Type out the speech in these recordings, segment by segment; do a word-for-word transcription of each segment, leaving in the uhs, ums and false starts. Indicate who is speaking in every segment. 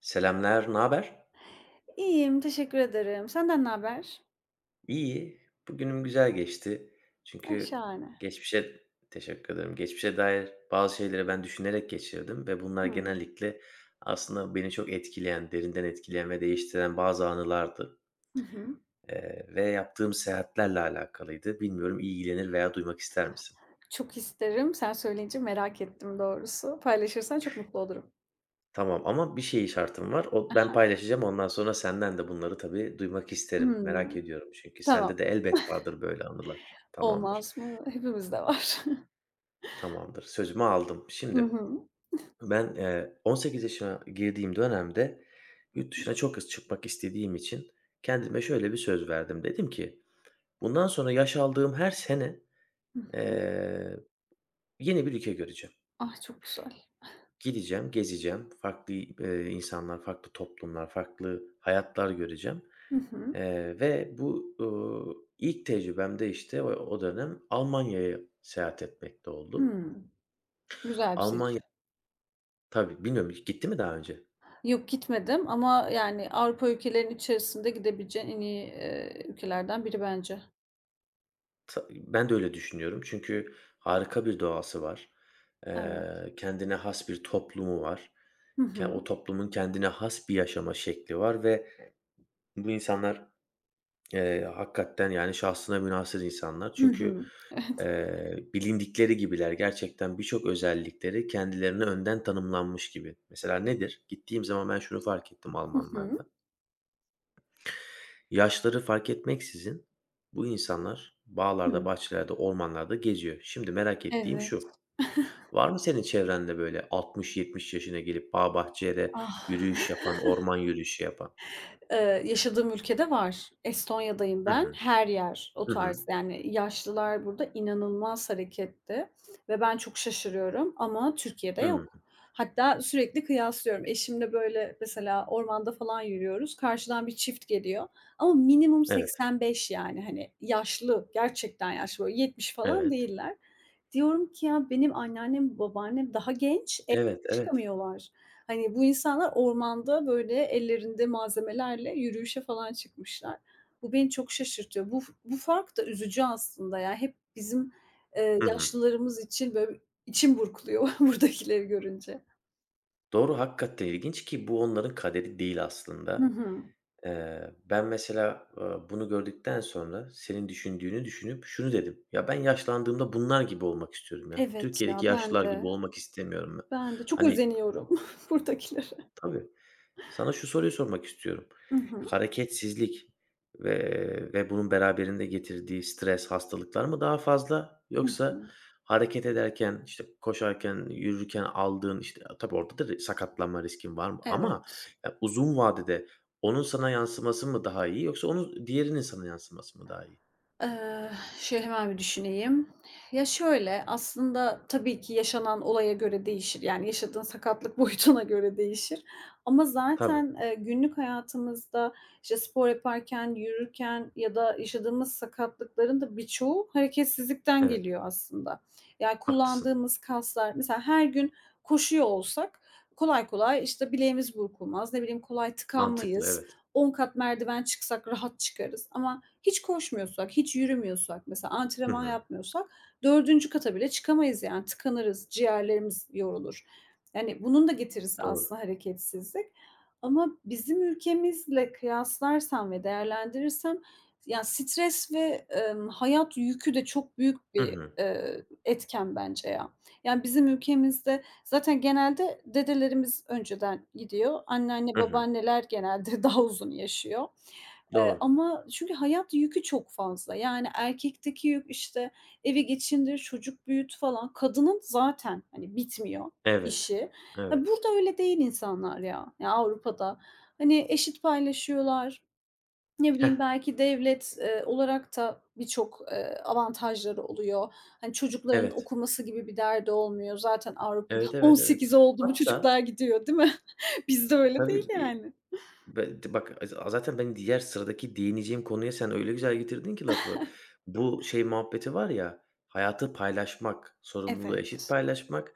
Speaker 1: Selamlar, ne haber?
Speaker 2: İyiyim, teşekkür ederim. Senden ne haber?
Speaker 1: İyi, bugünüm güzel geçti.
Speaker 2: Ah,
Speaker 1: Çünkü
Speaker 2: şahane.
Speaker 1: geçmişe Teşekkür ederim. Geçmişe dair bazı şeyleri ben düşünerek geçirdim ve bunlar
Speaker 2: Hımm.
Speaker 1: genellikle aslında beni çok etkileyen, derinden etkileyen ve değiştiren bazı anılardı.
Speaker 2: Hı hı.
Speaker 1: Eee, ve yaptığım seyahatlerle alakalıydı. Bilmiyorum, ilgilenir veya duymak ister misin?
Speaker 2: Çok isterim. Sen söyleyince merak ettim doğrusu. Paylaşırsan çok mutlu olurum.
Speaker 1: Tamam ama bir şey şartım var. O, ben
Speaker 2: Aha. Ha.
Speaker 1: paylaşacağım. Ondan sonra senden de bunları tabii duymak isterim. Merak ediyorum çünkü sende
Speaker 2: Tamam.
Speaker 1: de elbet vardır böyle anılar. Tamamdır.
Speaker 2: Olmaz mı? Hepimizde var.
Speaker 1: Tamamdır, sözümü aldım.
Speaker 2: Hı
Speaker 1: Şimdi
Speaker 2: hı.
Speaker 1: ben, eee, on sekiz yaşına girdiğim dönemde yurt dışına çok hızlı çıkmak istediğim için kendime şöyle bir söz verdim. Dedim ki, "Bundan sonra yaş aldığım her sene,
Speaker 2: Hı hı.
Speaker 1: eee, yeni bir ülke göreceğim.
Speaker 2: Ah, çok güzel.
Speaker 1: Gideceğim, gezeceğim, farklı, eee, insanlar, farklı toplumlar, farklı hayatlar göreceğim."
Speaker 2: Hı hı.
Speaker 1: Eee, ve bu, uuu, ilk tecrübem de işte o o dönem Almanya'ya seyahat etmekte oldu.
Speaker 2: Hımm. Güzel bir
Speaker 1: Almanya
Speaker 2: seçim.
Speaker 1: Tabii, bilmiyorum, gitti mi daha önce?
Speaker 2: Yok, gitmedim ama yani Avrupa ülkelerinin içerisinde gidebileceğin en iyi, eee, ülkelerden biri bence.
Speaker 1: Ta ben de öyle düşünüyorum çünkü harika bir doğası var.
Speaker 2: Evet.
Speaker 1: Eee, kendine has bir toplumu var.
Speaker 2: Hı
Speaker 1: Ke o
Speaker 2: hı.
Speaker 1: toplumun kendine has bir yaşama şekli var ve bu insanlar, eee, hakikaten, yani, şahsına münhasır insanlar.
Speaker 2: Hı
Speaker 1: Çünkü,
Speaker 2: hı. Evet.
Speaker 1: eee, bilindikleri gibiler. Gerçekten birçok özellikleri kendilerine önden tanımlanmış gibi. Mesela nedir? Gittiğim zaman ben şunu fark ettim
Speaker 2: Hı hı.
Speaker 1: Almanlarda. Yaşları fark etmeksizin bu insanlar bağlarda,
Speaker 2: Hıı.
Speaker 1: bahçelerde, ormanlarda geziyor. Şimdi merak ettiğim
Speaker 2: Evet.
Speaker 1: şu: Var mı senin çevrende böyle altmış yetmiş yaşına gelip bağ bahçede
Speaker 2: Ah.
Speaker 1: yürüyüş yapan, orman yürüyüşü yapan?
Speaker 2: Eee, yaşadığım ülkede var. Estonya'dayım
Speaker 1: Hı
Speaker 2: ben.
Speaker 1: hı.
Speaker 2: Her yer o
Speaker 1: Hı hı.
Speaker 2: tarz, yani, yaşlılar burada inanılmaz hareketli ve ben çok şaşırıyorum ama Türkiye'de
Speaker 1: Hıı.
Speaker 2: yok. Hatta sürekli kıyaslıyorum. Eşimle, böyle, mesela ormanda falan yürüyoruz. Karşıdan bir çift geliyor ama minimum
Speaker 1: Evet,
Speaker 2: seksen beş yani, hani, yaşlı, gerçekten yaşlı, böyle, yetmiş falan
Speaker 1: evet.
Speaker 2: değiller. Diyorum ki ya benim anneannem, babaannem daha genç.
Speaker 1: Evet, evet.
Speaker 2: Çıkamıyorlar. Hani, bu insanlar ormanda, böyle, ellerinde malzemelerle yürüyüşe falan çıkmışlar. Bu beni çok şaşırtıyor. Bu bu fark da üzücü aslında ya. Hep bizim, eee,
Speaker 1: Hı hı.
Speaker 2: yaşlılarımız için, böyle, içim burkuluyor buradakileri görünce.
Speaker 1: Doğru, hakikaten ilginç ki bu onların kaderi değil
Speaker 2: Hı
Speaker 1: aslında.
Speaker 2: hı.
Speaker 1: Eee, ben mesela, eee, bunu gördükten sonra senin düşündüğünü düşünüp şunu dedim: "Ya, ben yaşlandığımda bunlar gibi olmak istiyorum ya.
Speaker 2: Evet ya,
Speaker 1: Türkiye'deki
Speaker 2: ben
Speaker 1: yaşlılar
Speaker 2: de.
Speaker 1: gibi olmak istemiyorum ben."
Speaker 2: Ben de. Çok
Speaker 1: Hani
Speaker 2: özeniyorum buradakilere.
Speaker 1: Tabii. Sana şu soruyu sormak istiyorum.
Speaker 2: Hı hı.
Speaker 1: Hareketsizlik ve ve bunun beraberinde getirdiği stres, hastalıklar mı daha fazla
Speaker 2: Hı
Speaker 1: yoksa
Speaker 2: hı.
Speaker 1: hareket ederken, işte, koşarken, yürürken aldığın, işte, tabii orada da ri sakatlanma riskin var mı? Ama
Speaker 2: Evet.
Speaker 1: ya, uzun vadede onun sana yansıması mı daha iyi yoksa onun diğerinin sana yansıması mı daha iyi?
Speaker 2: Eee, şöyle hemen bir düşüneyim. Ya, şöyle, aslında tabii ki yaşanan olaya göre değişir. Yani, yaşadığın sakatlık boyutuna göre değişir ama
Speaker 1: Tabii,
Speaker 2: zaten, eee, günlük hayatımızda, işte, spor yaparken, yürürken ya da yaşadığımız sakatlıkların da birçoğu hareketsizlikten
Speaker 1: evet,
Speaker 2: geliyor aslında. Yani,
Speaker 1: haklısın.
Speaker 2: kullandığımız kaslar mesela her gün koşuyor olsak kolay kolay, işte, bileğimiz burkulmaz, ne bileyim, kolay
Speaker 1: Mantıklı,
Speaker 2: tıkanmayız.
Speaker 1: evet.
Speaker 2: On kat merdiven çıksak rahat çıkarız ama hiç koşmuyorsak, hiç yürümüyorsak, mesela
Speaker 1: Hı
Speaker 2: antrenman
Speaker 1: hı,
Speaker 2: yapmıyorsak dördüncü kata bile çıkamayız, yani tıkanırız, ciğerlerimiz yorulur. Yani bunun da getirisi
Speaker 1: doğru.
Speaker 2: aslında hareketsizlik ama bizim ülkemizle kıyaslarsam ve değerlendirirsem ya stres ve, emm, hayat yükü de çok büyük
Speaker 1: Hı
Speaker 2: bir,
Speaker 1: hı,
Speaker 2: eee, etken bence ya. Yani bizim ülkemizde zaten genelde dedelerimiz önceden gidiyor. Anneanne,
Speaker 1: hı hı.
Speaker 2: babaanneler genelde daha uzun yaşıyor. Eee,
Speaker 1: Doğru.
Speaker 2: ama çünkü hayat yükü çok fazla. Yani erkekteki yük, işte, evi geçindir, çocuk büyüt falan. Kadının zaten, hani, bitmiyor
Speaker 1: Evet,
Speaker 2: işi. Ha,
Speaker 1: evet.
Speaker 2: burada öyle değil insanlar ya, ya Avrupa'da. Hani, eşit paylaşıyorlar. Ne
Speaker 1: Heh,
Speaker 2: bileyim, belki devlet, eee, olarak da birçok, eee, avantajları oluyor. Hani, çocukların
Speaker 1: evet.
Speaker 2: okuması gibi bir derdi olmuyor. Zaten Avrupa'da
Speaker 1: Evet, evet, evet.
Speaker 2: on sekiz oldu mu
Speaker 1: Hatta
Speaker 2: çocuklar gidiyor, değil mi? Bizde öyle değil
Speaker 1: tabii, bir
Speaker 2: yani.
Speaker 1: be bak, a zaten ben diğer sıradaki değineceğim konuya sen öyle güzel getirdin ki lafı. Bu şey muhabbeti var ya, hayatı paylaşmak, sorumluluğu eşit
Speaker 2: Evet.
Speaker 1: paylaşmak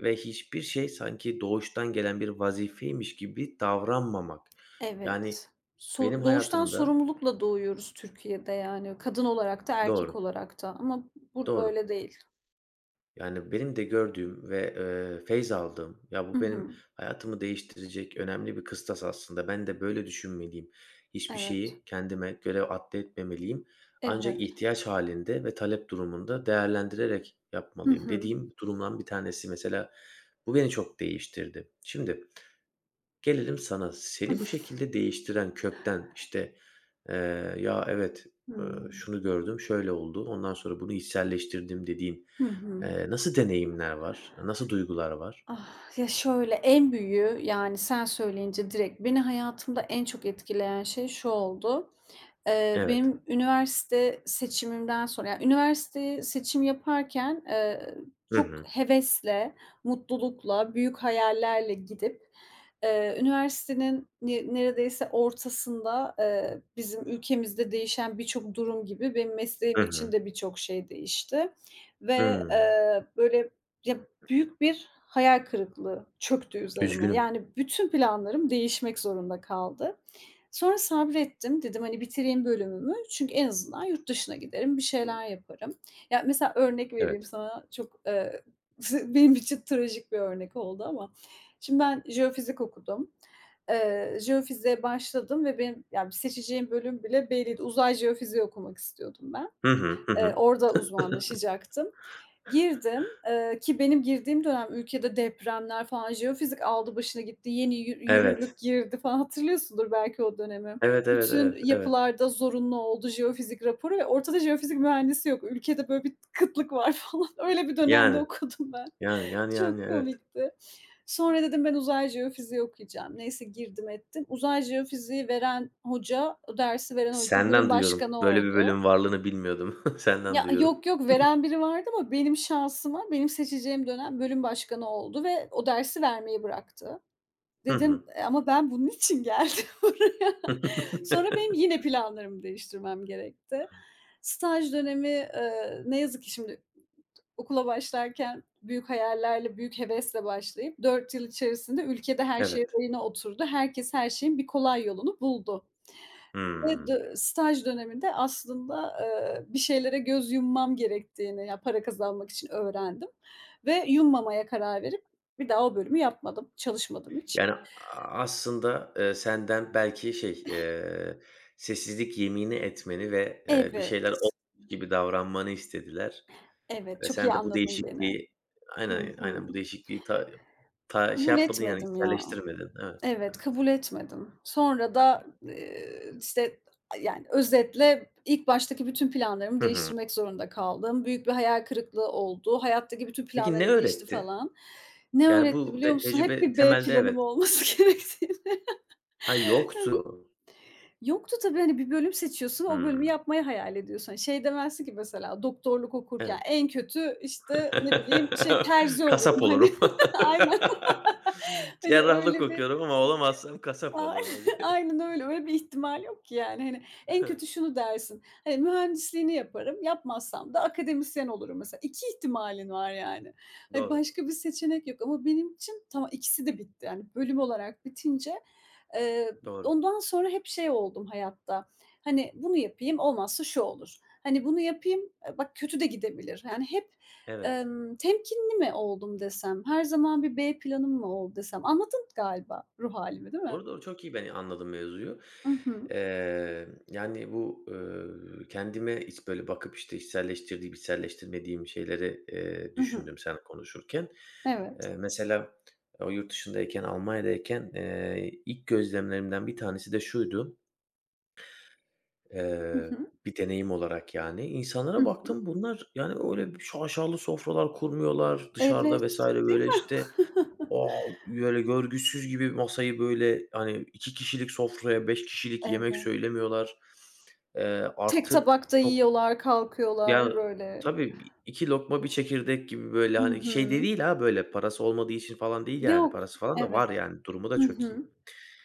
Speaker 1: ve hiçbir şey sanki doğuştan gelen bir vazifeymiş gibi davranmamak. Yani
Speaker 2: Evet.
Speaker 1: benim
Speaker 2: Sor doğuştan
Speaker 1: hayatımda
Speaker 2: sorumlulukla doğuyoruz Türkiye'de, yani kadın olarak da erkek
Speaker 1: Doğru,
Speaker 2: olarak da, ama burada öyle
Speaker 1: doğru.
Speaker 2: değil.
Speaker 1: Yani, benim de gördüğüm ve, eee, feyz aldığım, ya,
Speaker 2: Hı
Speaker 1: bu benim
Speaker 2: hı.
Speaker 1: hayatımı değiştirecek önemli bir kıstas aslında. Ben de böyle düşünmeliyim. Hiçbir
Speaker 2: Evet.
Speaker 1: şeyi kendime göre atfetmemeliyim. Ancak
Speaker 2: Evet.
Speaker 1: ihtiyaç halinde ve talep durumunda değerlendirerek
Speaker 2: Hı
Speaker 1: yapmalıyım
Speaker 2: hı.
Speaker 1: dediğim durumdan bir tanesi mesela. Bu beni çok değiştirdi. Şimdi Gelelim sana. Seni bu şekilde değiştiren kökten, işte, eee, "Ya, evet, ııı,
Speaker 2: Hımm.
Speaker 1: şunu gördüm, şöyle oldu, ondan sonra bunu içselleştirdim." dediğin,
Speaker 2: Hı hı.
Speaker 1: eee, nasıl deneyimler var? Nasıl duygular var?
Speaker 2: Ah, ya, şöyle, en büyüğü, yani, sen söyleyince direkt beni hayatımda en çok etkileyen şey şu oldu. Eee,
Speaker 1: Evet.
Speaker 2: benim üniversite seçimimden sonra ya, üniversite seçim yaparken, eee,
Speaker 1: Hı
Speaker 2: çok
Speaker 1: hı.
Speaker 2: hevesle, mutlulukla, büyük hayallerle gidip, eee, üniversitenin ne neredeyse ortasında, eee, bizim ülkemizde değişen birçok durum gibi benim
Speaker 1: Hı
Speaker 2: mesleğim için
Speaker 1: hı.
Speaker 2: de birçok şey değişti ve,
Speaker 1: Hımm.
Speaker 2: eee, böyle, ya, büyük bir hayal kırıklığı çöktü üzerime.
Speaker 1: Üzgünüm.
Speaker 2: Yani bütün planlarım değişmek zorunda kaldı. Sonra sabrettim. Dedim, hani, bitireyim bölümümü çünkü en azından yurt dışına giderim, bir şeyler yaparım. Ya, mesela örnek vereyim
Speaker 1: Evet.
Speaker 2: sana çok, eee, benim için trajik bir örnek oldu ama şimdi ben jeofizik okudum. Eee, jeofiziğe başladım ve benim, yani seçeceğim bölüm bile belliydi. Uzay jeofiziği okumak istiyordum ben.
Speaker 1: Hı hı. Hı
Speaker 2: Eee,
Speaker 1: hı.
Speaker 2: orada uzmanlaşacaktım. Girdim, eee, ki benim girdiğim dönem ülkede depremler falan, jeofizik aldı başını gitti, yeni yü
Speaker 1: Evet.
Speaker 2: yürürlük girdi falan, hatırlıyorsundur belki o dönemi.
Speaker 1: Evet, evet,
Speaker 2: Bütün
Speaker 1: evet, evet.
Speaker 2: yapılarda zorunlu oldu jeofizik raporu ve ortada jeofizik mühendisi yok. Ülkede böyle bir kıtlık var falan. Öyle bir dönemde
Speaker 1: Yani,
Speaker 2: okudum ben.
Speaker 1: yani, yani, yani,
Speaker 2: Çok
Speaker 1: evet.
Speaker 2: komikti. Sonra dedim ben uzay jeofiziği okuyacağım. Neyse girdim ettim. Uzay jeofiziği veren hoca, o dersi veren hoca
Speaker 1: Senden
Speaker 2: bölüm
Speaker 1: duyuyorum.
Speaker 2: başkanı
Speaker 1: Böyle bir
Speaker 2: oldu.
Speaker 1: bölüm varlığını bilmiyordum. Senden
Speaker 2: Ya,
Speaker 1: duyuyorum.
Speaker 2: yok, yok veren biri vardı ama benim şansıma benim seçeceğim dönem bölüm başkanı oldu ve o dersi vermeyi bıraktı.
Speaker 1: Hı
Speaker 2: Dedim,
Speaker 1: hı.
Speaker 2: eee, ama ben bunun için geldim buraya. Sonra benim yine planlarımı değiştirmem gerekti. Staj dönemi, eee, ne yazık ki şimdi okula başlarken büyük hayallerle, büyük hevesle başlayıp dört yıl içerisinde ülkede her şey
Speaker 1: Evet.
Speaker 2: rayına oturdu. Herkes her şeyin bir kolay yolunu buldu. Ve
Speaker 1: Hımm.
Speaker 2: dö staj döneminde aslında, eee, bir şeylere göz yummam gerektiğini, ya, para kazanmak için öğrendim ve yummamaya karar verip bir daha o bölümü yapmadım, çalışmadım hiç.
Speaker 1: Yani, a aslında, eee, senden belki şey, eee, sessizlik yemini etmeni ve, eee, bir
Speaker 2: Evet,
Speaker 1: şeyler olmamış gibi davranmanı istediler
Speaker 2: evet,
Speaker 1: ve
Speaker 2: çok
Speaker 1: sen
Speaker 2: iyi
Speaker 1: de bu
Speaker 2: anladın beni.
Speaker 1: değişikliği
Speaker 2: Hı
Speaker 1: Aynen,
Speaker 2: hı.
Speaker 1: aynen bu değişikliği ta ta şey
Speaker 2: Kabul
Speaker 1: yapmadın, yani
Speaker 2: etmedim ya.
Speaker 1: içselleştirmedin. Evet,
Speaker 2: Evet,
Speaker 1: evet.
Speaker 2: kabul etmedim. Sonra da, eee, işte, yani, özetle ilk baştaki bütün planlarımı
Speaker 1: Hı hı.
Speaker 2: değiştirmek zorunda kaldım. Büyük bir hayal kırıklığı oldu. Hayattaki bütün
Speaker 1: Peki ne
Speaker 2: planlarım değişti
Speaker 1: öğretti?
Speaker 2: falan. Ne
Speaker 1: Yani
Speaker 2: öğretti
Speaker 1: bu
Speaker 2: biliyor
Speaker 1: de
Speaker 2: musun? Hep
Speaker 1: tecrübe
Speaker 2: bir B
Speaker 1: temelde
Speaker 2: planım
Speaker 1: evet.
Speaker 2: olması gerektiğini.
Speaker 1: Ha, yoktu.
Speaker 2: Evet. Yoktu tabii, hani, bir bölüm seçiyorsun, o bölümü
Speaker 1: Hımm.
Speaker 2: yapmayı hayal ediyorsun. Hani, şey demezsin ki mesela doktorluk okurken
Speaker 1: Evet.
Speaker 2: en kötü, işte, ne bileyim, şey, terzi olurum,
Speaker 1: Kasap
Speaker 2: hani.
Speaker 1: olurum.
Speaker 2: Aynen. Hani,
Speaker 1: Cerrahlık
Speaker 2: öyle bir
Speaker 1: okuyorum ama olamazsam kasap
Speaker 2: A,
Speaker 1: olurum.
Speaker 2: aynen öyle. Öyle bir ihtimal yok ki yani. Hani, en kötü şunu dersin: "Hani, mühendisliğini yaparım, yapmazsam da akademisyen olurum." mesela. iki ihtimalin var yani. Hani,
Speaker 1: Doğru,
Speaker 2: başka bir seçenek yok ama benim için tamam, ikisi de bitti. Yani bölüm olarak bitince, eee,
Speaker 1: doğru.
Speaker 2: ondan sonra hep şey oldum hayatta, hani, bunu yapayım, olmazsa şu olur. Hani, bunu yapayım, eee, bak kötü de gidebilir. Yani hep,
Speaker 1: Evet.
Speaker 2: emm, temkinli mi oldum desem, her zaman bir B planım mı oldu desem? Anladın galiba ruh halimi, değil mi?
Speaker 1: Doğru, doğru. Çok iyi ben anladım mevzuyu.
Speaker 2: I hı.
Speaker 1: Eee, yani bu, eee, kendime hiç böyle bakıp, işte, içselleştirdiğim, içselleştirmediğim şeyleri, eee,
Speaker 2: I hı.
Speaker 1: düşündüm sen konuşurken.
Speaker 2: Evet.
Speaker 1: Eee, mesela o yurt dışındayken, Almanya'dayken, eee, ilk gözlemlerimden bir tanesi de şuydu,
Speaker 2: Hı
Speaker 1: eee,
Speaker 2: hı.
Speaker 1: bir deneyim olarak yani.
Speaker 2: Hı
Speaker 1: İnsanlara
Speaker 2: hı.
Speaker 1: baktım bunlar, yani, öyle şaşalı sofralar kurmuyorlar dışarıda
Speaker 2: Evet,
Speaker 1: vesaire
Speaker 2: değil
Speaker 1: böyle,
Speaker 2: mi?
Speaker 1: işte, O! Böyle görgüsüz gibi masayı, böyle, hani, iki kişilik sofraya beş kişilik yemek
Speaker 2: Evet.
Speaker 1: söylemiyorlar. Eee,
Speaker 2: Tek
Speaker 1: artık
Speaker 2: tabakta
Speaker 1: çok
Speaker 2: yiyorlar,
Speaker 1: yani
Speaker 2: kalkıyorlar böyle.
Speaker 1: Tabii, bi iki lokma bir çekirdek gibi, böyle,
Speaker 2: Hı
Speaker 1: hani, şey de
Speaker 2: hı.
Speaker 1: değil ha, böyle, parası olmadığı için falan değil yani.
Speaker 2: Yok.
Speaker 1: Parası falan da
Speaker 2: Evet.
Speaker 1: var yani, durumu da
Speaker 2: Hı
Speaker 1: çok iyi.
Speaker 2: hı.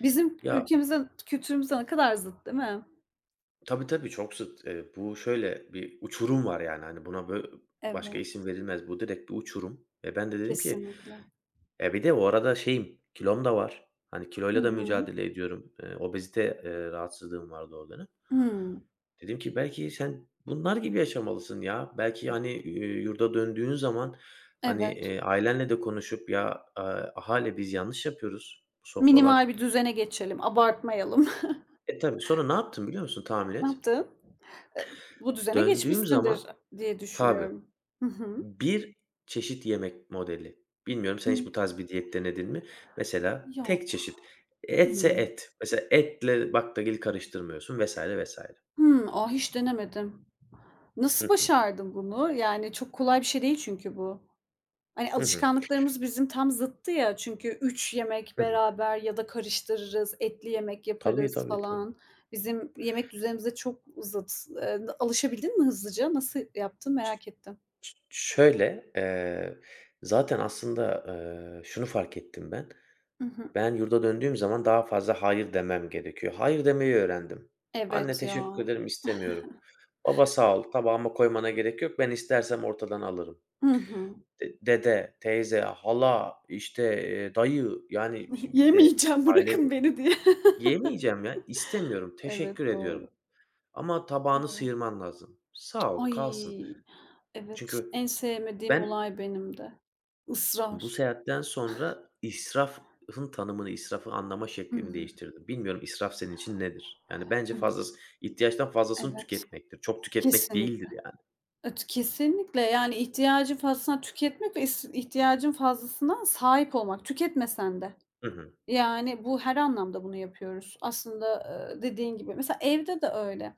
Speaker 2: Bizim
Speaker 1: Ya,
Speaker 2: ülkemizde, kültürümüzle ne kadar zıt, değil mi?
Speaker 1: tabii, tabii, çok zıt. Eee, bu şöyle bir uçurum var yani, hani, buna bö başka
Speaker 2: Evet,
Speaker 1: isim verilmez. Bu direkt bir uçurum. Ve ben de dedim ki
Speaker 2: kesinlikle.
Speaker 1: E, bir de o arada şeyim, kilom da var. Hani
Speaker 2: Hı
Speaker 1: kiloyla da
Speaker 2: hı.
Speaker 1: mücadele ediyorum. Eee, obezite, eee, rahatsızlığım vardı o dönem.
Speaker 2: Hımm.
Speaker 1: Dedim ki belki sen bunlar gibi yaşamalısın ya. Belki, hani, eee, yurda döndüğün zaman, hani,
Speaker 2: Evet.
Speaker 1: eee, ailenle de konuşup ya, aaa, "Ahale biz yanlış yapıyoruz bu sofralar."
Speaker 2: Minimal bir düzene geçelim, abartmayalım.
Speaker 1: E, tabii. Sonra ne yaptım biliyor musun, tahmin
Speaker 2: Ne
Speaker 1: et?
Speaker 2: yaptın? Eee, bu düzene
Speaker 1: Döndüğüm
Speaker 2: geçmişsindir
Speaker 1: zaman
Speaker 2: diye
Speaker 1: Tabii.
Speaker 2: düşünüyorum. Hı hı.
Speaker 1: Bir Çeşit yemek modeli. Bilmiyorum, sen
Speaker 2: Imm,
Speaker 1: hiç bu tarz bir diyet denedin mi? Mesela tek
Speaker 2: yok.
Speaker 1: çeşit. Etse
Speaker 2: Hımm.
Speaker 1: et. Mesela etle baklagili karıştırmıyorsun vesaire vesaire.
Speaker 2: Hımm. A, hiç denemedim.
Speaker 1: Hı
Speaker 2: Nasıl
Speaker 1: hı.
Speaker 2: başardın bunu? Yani çok kolay bir şey değil çünkü bu. Hani
Speaker 1: Hı hı.
Speaker 2: alışkanlıklarımız bizim tam zıttı ya, çünkü üç yemek
Speaker 1: Hı hı.
Speaker 2: beraber ya da karıştırırız, etli yemek
Speaker 1: Tabii,
Speaker 2: yaparız
Speaker 1: tabii, tabii.
Speaker 2: falan. Bizim yemek düzenimize çok zıt. Eee, alışabildin mi hızlıca? Nasıl yaptın, merak ettim.
Speaker 1: Ş şöyle, eee, zaten aslında, eee, şunu fark ettim ben.
Speaker 2: Hı hı.
Speaker 1: Ben yurda döndüğüm zaman daha fazla hayır demem gerekiyor. Hayır demeyi öğrendim. "Anne
Speaker 2: Evet ya.
Speaker 1: teşekkür ederim, istemiyorum." "Baba sağ ol, tabağıma koymana gerek yok. Ben istersem ortadan alırım."
Speaker 2: Hı hı.
Speaker 1: De dede, teyze, hala, işte, eee, dayı, yani, şimdi bir de
Speaker 2: Yemeyeceğim,
Speaker 1: aile
Speaker 2: bırakın beni diye.
Speaker 1: Yemeyeceğim ya, istemiyorum,
Speaker 2: Evet,
Speaker 1: teşekkür ediyorum
Speaker 2: doğru.
Speaker 1: ama tabağını
Speaker 2: Evet.
Speaker 1: sıyırman lazım. Sağ ol, kalsın.
Speaker 2: Ay, evet,
Speaker 1: Çünkü
Speaker 2: en sevmediğim
Speaker 1: ben
Speaker 2: olay benim de.
Speaker 1: bu
Speaker 2: Israr.
Speaker 1: seyahatten sonra israfın tanımını, israfı anlama
Speaker 2: Hı
Speaker 1: şeklimi
Speaker 2: hı.
Speaker 1: değiştirdim. Bilmiyorum, israf senin için nedir? Yani bence fazlası ihtiyaçtan fazlasını
Speaker 2: Evet.
Speaker 1: tüketmektir. Çok tüketmek
Speaker 2: Kesinlik
Speaker 1: değildir yani.
Speaker 2: et Kesinlikle, yani, ihtiyacın fazlasına tüketmek ve is ihtiyacın fazlasına sahip olmak, tüketmesen de.
Speaker 1: Hı hı.
Speaker 2: Yani, bu her anlamda bunu yapıyoruz. Aslında, eee, dediğin gibi mesela evde de öyle.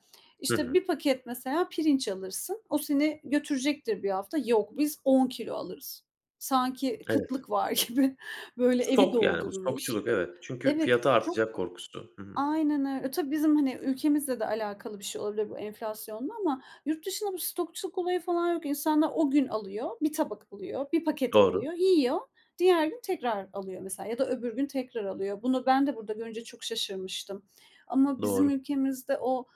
Speaker 1: Hı
Speaker 2: İşte,
Speaker 1: hı.
Speaker 2: bir paket mesela pirinç alırsın, o seni götürecektir bir hafta. Yok, biz on kilo alırız. Sanki
Speaker 1: Evet.
Speaker 2: kıtlık var gibi böyle evi
Speaker 1: Stok yani, bu
Speaker 2: doldururuz.
Speaker 1: stokçuluk, evet. Çünkü
Speaker 2: Evet,
Speaker 1: fiyatı
Speaker 2: çok.
Speaker 1: artacak korkusu. Hı hı.
Speaker 2: Aynen öyle. E, tabii bizim, hani, ülkemizle de alakalı bir şey olabilir bu enflasyonla, ama yurt dışında bu stokçuluk olayı falan yok. İnsanlar o gün alıyor, bir tabak alıyor, bir paket
Speaker 1: Doğru,
Speaker 2: alıyor, yiyor, diğer gün tekrar alıyor mesela ya da öbür gün tekrar alıyor. Bunu ben de burada görünce çok şaşırmıştım ama bizim
Speaker 1: doğru.
Speaker 2: ülkemizde o,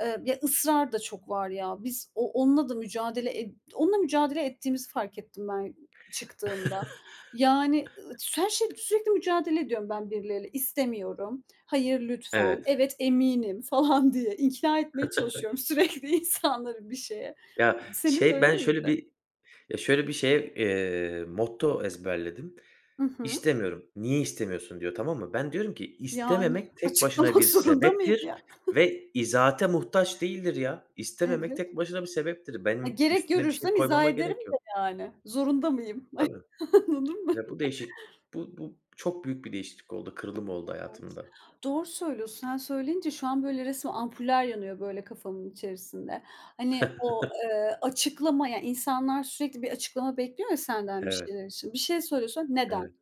Speaker 2: eee, ya, ısrar da çok var ya. Biz o onunla da mücadele ed onunla mücadele ettiğimizi fark ettim ben çıktığımda. Yani, ııı, her şey sürekli mücadele ediyorum ben birileriyle. İstemiyorum. "Hayır, lütfen.
Speaker 1: Evet.
Speaker 2: Evet, eminim." falan diye ikna etmeye çalışıyorum sürekli insanları bir şeye.
Speaker 1: Ya,
Speaker 2: Senin de
Speaker 1: şey,
Speaker 2: öyle
Speaker 1: ben şöyle
Speaker 2: miydi?
Speaker 1: bir Ya, şöyle bir şeye, eee, motto ezberledim.
Speaker 2: Hı hı.
Speaker 1: "İstemiyorum. Niye istemiyorsun?" diyor, tamam mı? Ben diyorum ki
Speaker 2: Yani
Speaker 1: istememek tek başına
Speaker 2: açıklamak
Speaker 1: bir
Speaker 2: zorunda mıyım
Speaker 1: sebeptir
Speaker 2: ya?
Speaker 1: ve izahate muhtaç değildir ya. İstememek
Speaker 2: Evet.
Speaker 1: tek başına bir sebeptir.
Speaker 2: Ha,
Speaker 1: Benim
Speaker 2: gerek
Speaker 1: üstüne bir şey
Speaker 2: görürsem izah
Speaker 1: koymama
Speaker 2: ederim
Speaker 1: gerek
Speaker 2: de
Speaker 1: yok.
Speaker 2: yani. Zorunda mıyım?
Speaker 1: Tabii.
Speaker 2: Anladın mı?
Speaker 1: Ya, bu değişik bu bu çok büyük bir değişiklik oldu, kırılım oldu
Speaker 2: Evet.
Speaker 1: hayatımda.
Speaker 2: Doğru söylüyorsun. Sen söyleyince şu an böyle resmen ampuller yanıyor böyle kafamın içerisinde. Hani o, eee, açıklama, ya, insanlar sürekli bir açıklama bekliyor ya senden bir
Speaker 1: Evet,
Speaker 2: şeyler için. Bir şey söylüyorsun, "Neden?"
Speaker 1: evet.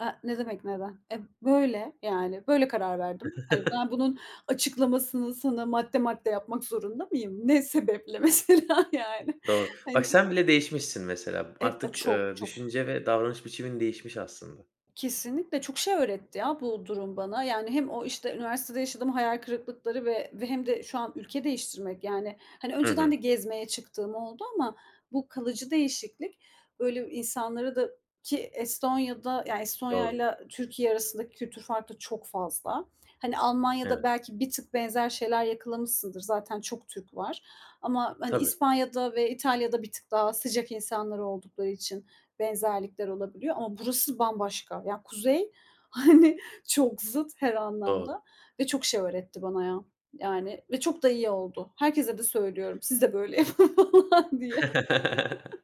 Speaker 2: Eee, ne demek neden? E, böyle, yani, böyle karar verdim. Hani, ben bunun açıklamasını sana madde madde yapmak zorunda mıyım? Ne sebeple, mesela, yani?
Speaker 1: Doğru.
Speaker 2: Hani,
Speaker 1: Bak sen bile değişmişsin mesela.
Speaker 2: ev a
Speaker 1: Artık,
Speaker 2: çok,
Speaker 1: eee,
Speaker 2: çok.
Speaker 1: düşünce ve davranış biçimin değişmiş aslında.
Speaker 2: Kesinlikle çok şey öğretti ya bu durum bana. Yani hem o, işte, üniversitede yaşadığım hayal kırıklıkları ve ve hem de şu an ülke değiştirmek, yani, hani,
Speaker 1: Hı
Speaker 2: önceden de
Speaker 1: hı.
Speaker 2: gezmeye çıktığım oldu ama bu kalıcı değişiklik, böyle, insanları da ki Estonya'da, yani Estonya
Speaker 1: Doğru.
Speaker 2: ile Türkiye arasındaki kültür farkı çok fazla. Hani, Almanya'da
Speaker 1: Evet,
Speaker 2: belki bir tık benzer şeyler yakalamışsındır, zaten çok Türk var ama, hani,
Speaker 1: tabii,
Speaker 2: İspanya'da ve İtalya'da bir tık daha sıcak insanlar oldukları için benzerlikler olabiliyor, ama burası bambaşka. Yani kuzey, hani, çok zıt her
Speaker 1: doğru.
Speaker 2: anlamda, ve çok şey öğretti bana ya. Yani ve çok da iyi oldu. Herkese de söylüyorum, siz de böyle yapın falan diye.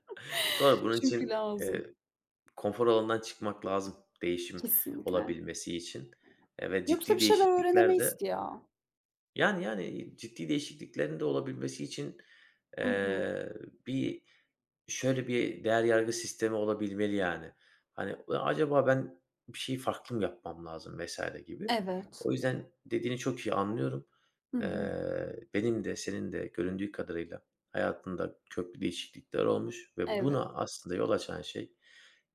Speaker 1: Doğru, bunun
Speaker 2: Çünkü
Speaker 1: için,
Speaker 2: lazım.
Speaker 1: eee, konfor alanından çıkmak lazım, değişim
Speaker 2: Kesinlikle.
Speaker 1: olabilmesi için, eee, ve
Speaker 2: Yoksa
Speaker 1: ciddi
Speaker 2: bir şeyler
Speaker 1: değişiklikler
Speaker 2: öğrenemeyiz
Speaker 1: de
Speaker 2: ki ya.
Speaker 1: Yani, yani, ciddi değişikliklerin de olabilmesi için,
Speaker 2: Hı hı.
Speaker 1: eee, bir şöyle bir değer yargı sistemi olabilmeli yani. Hani, "Ya, acaba ben bir şey farklı mı yapmam lazım?" vesaire gibi.
Speaker 2: Evet.
Speaker 1: O yüzden dediğini çok iyi anlıyorum.
Speaker 2: Hı hı.
Speaker 1: Eee, benim de senin de göründüğü kadarıyla hayatında köklü değişiklikler olmuş ve
Speaker 2: Evet.
Speaker 1: buna aslında yol açan şey,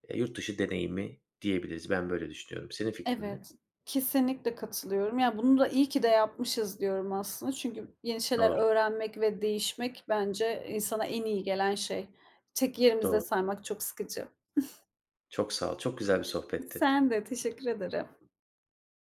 Speaker 1: eee, yurt dışı deneyimi diyebiliriz. Ben böyle düşünüyorum. Senin fikrin ne?
Speaker 2: Evet, kesinlikle katılıyorum. Ya, bunu da iyi ki de yapmışız diyorum aslında. Çünkü yeni şeyler
Speaker 1: Doğru,
Speaker 2: öğrenmek ve değişmek bence insana en iyi gelen şey. Tek yerimizde
Speaker 1: doğru.
Speaker 2: saymak çok sıkıcı.
Speaker 1: Çok sağ ol. Çok güzel bir sohbetti.
Speaker 2: Sen de, teşekkür ederim.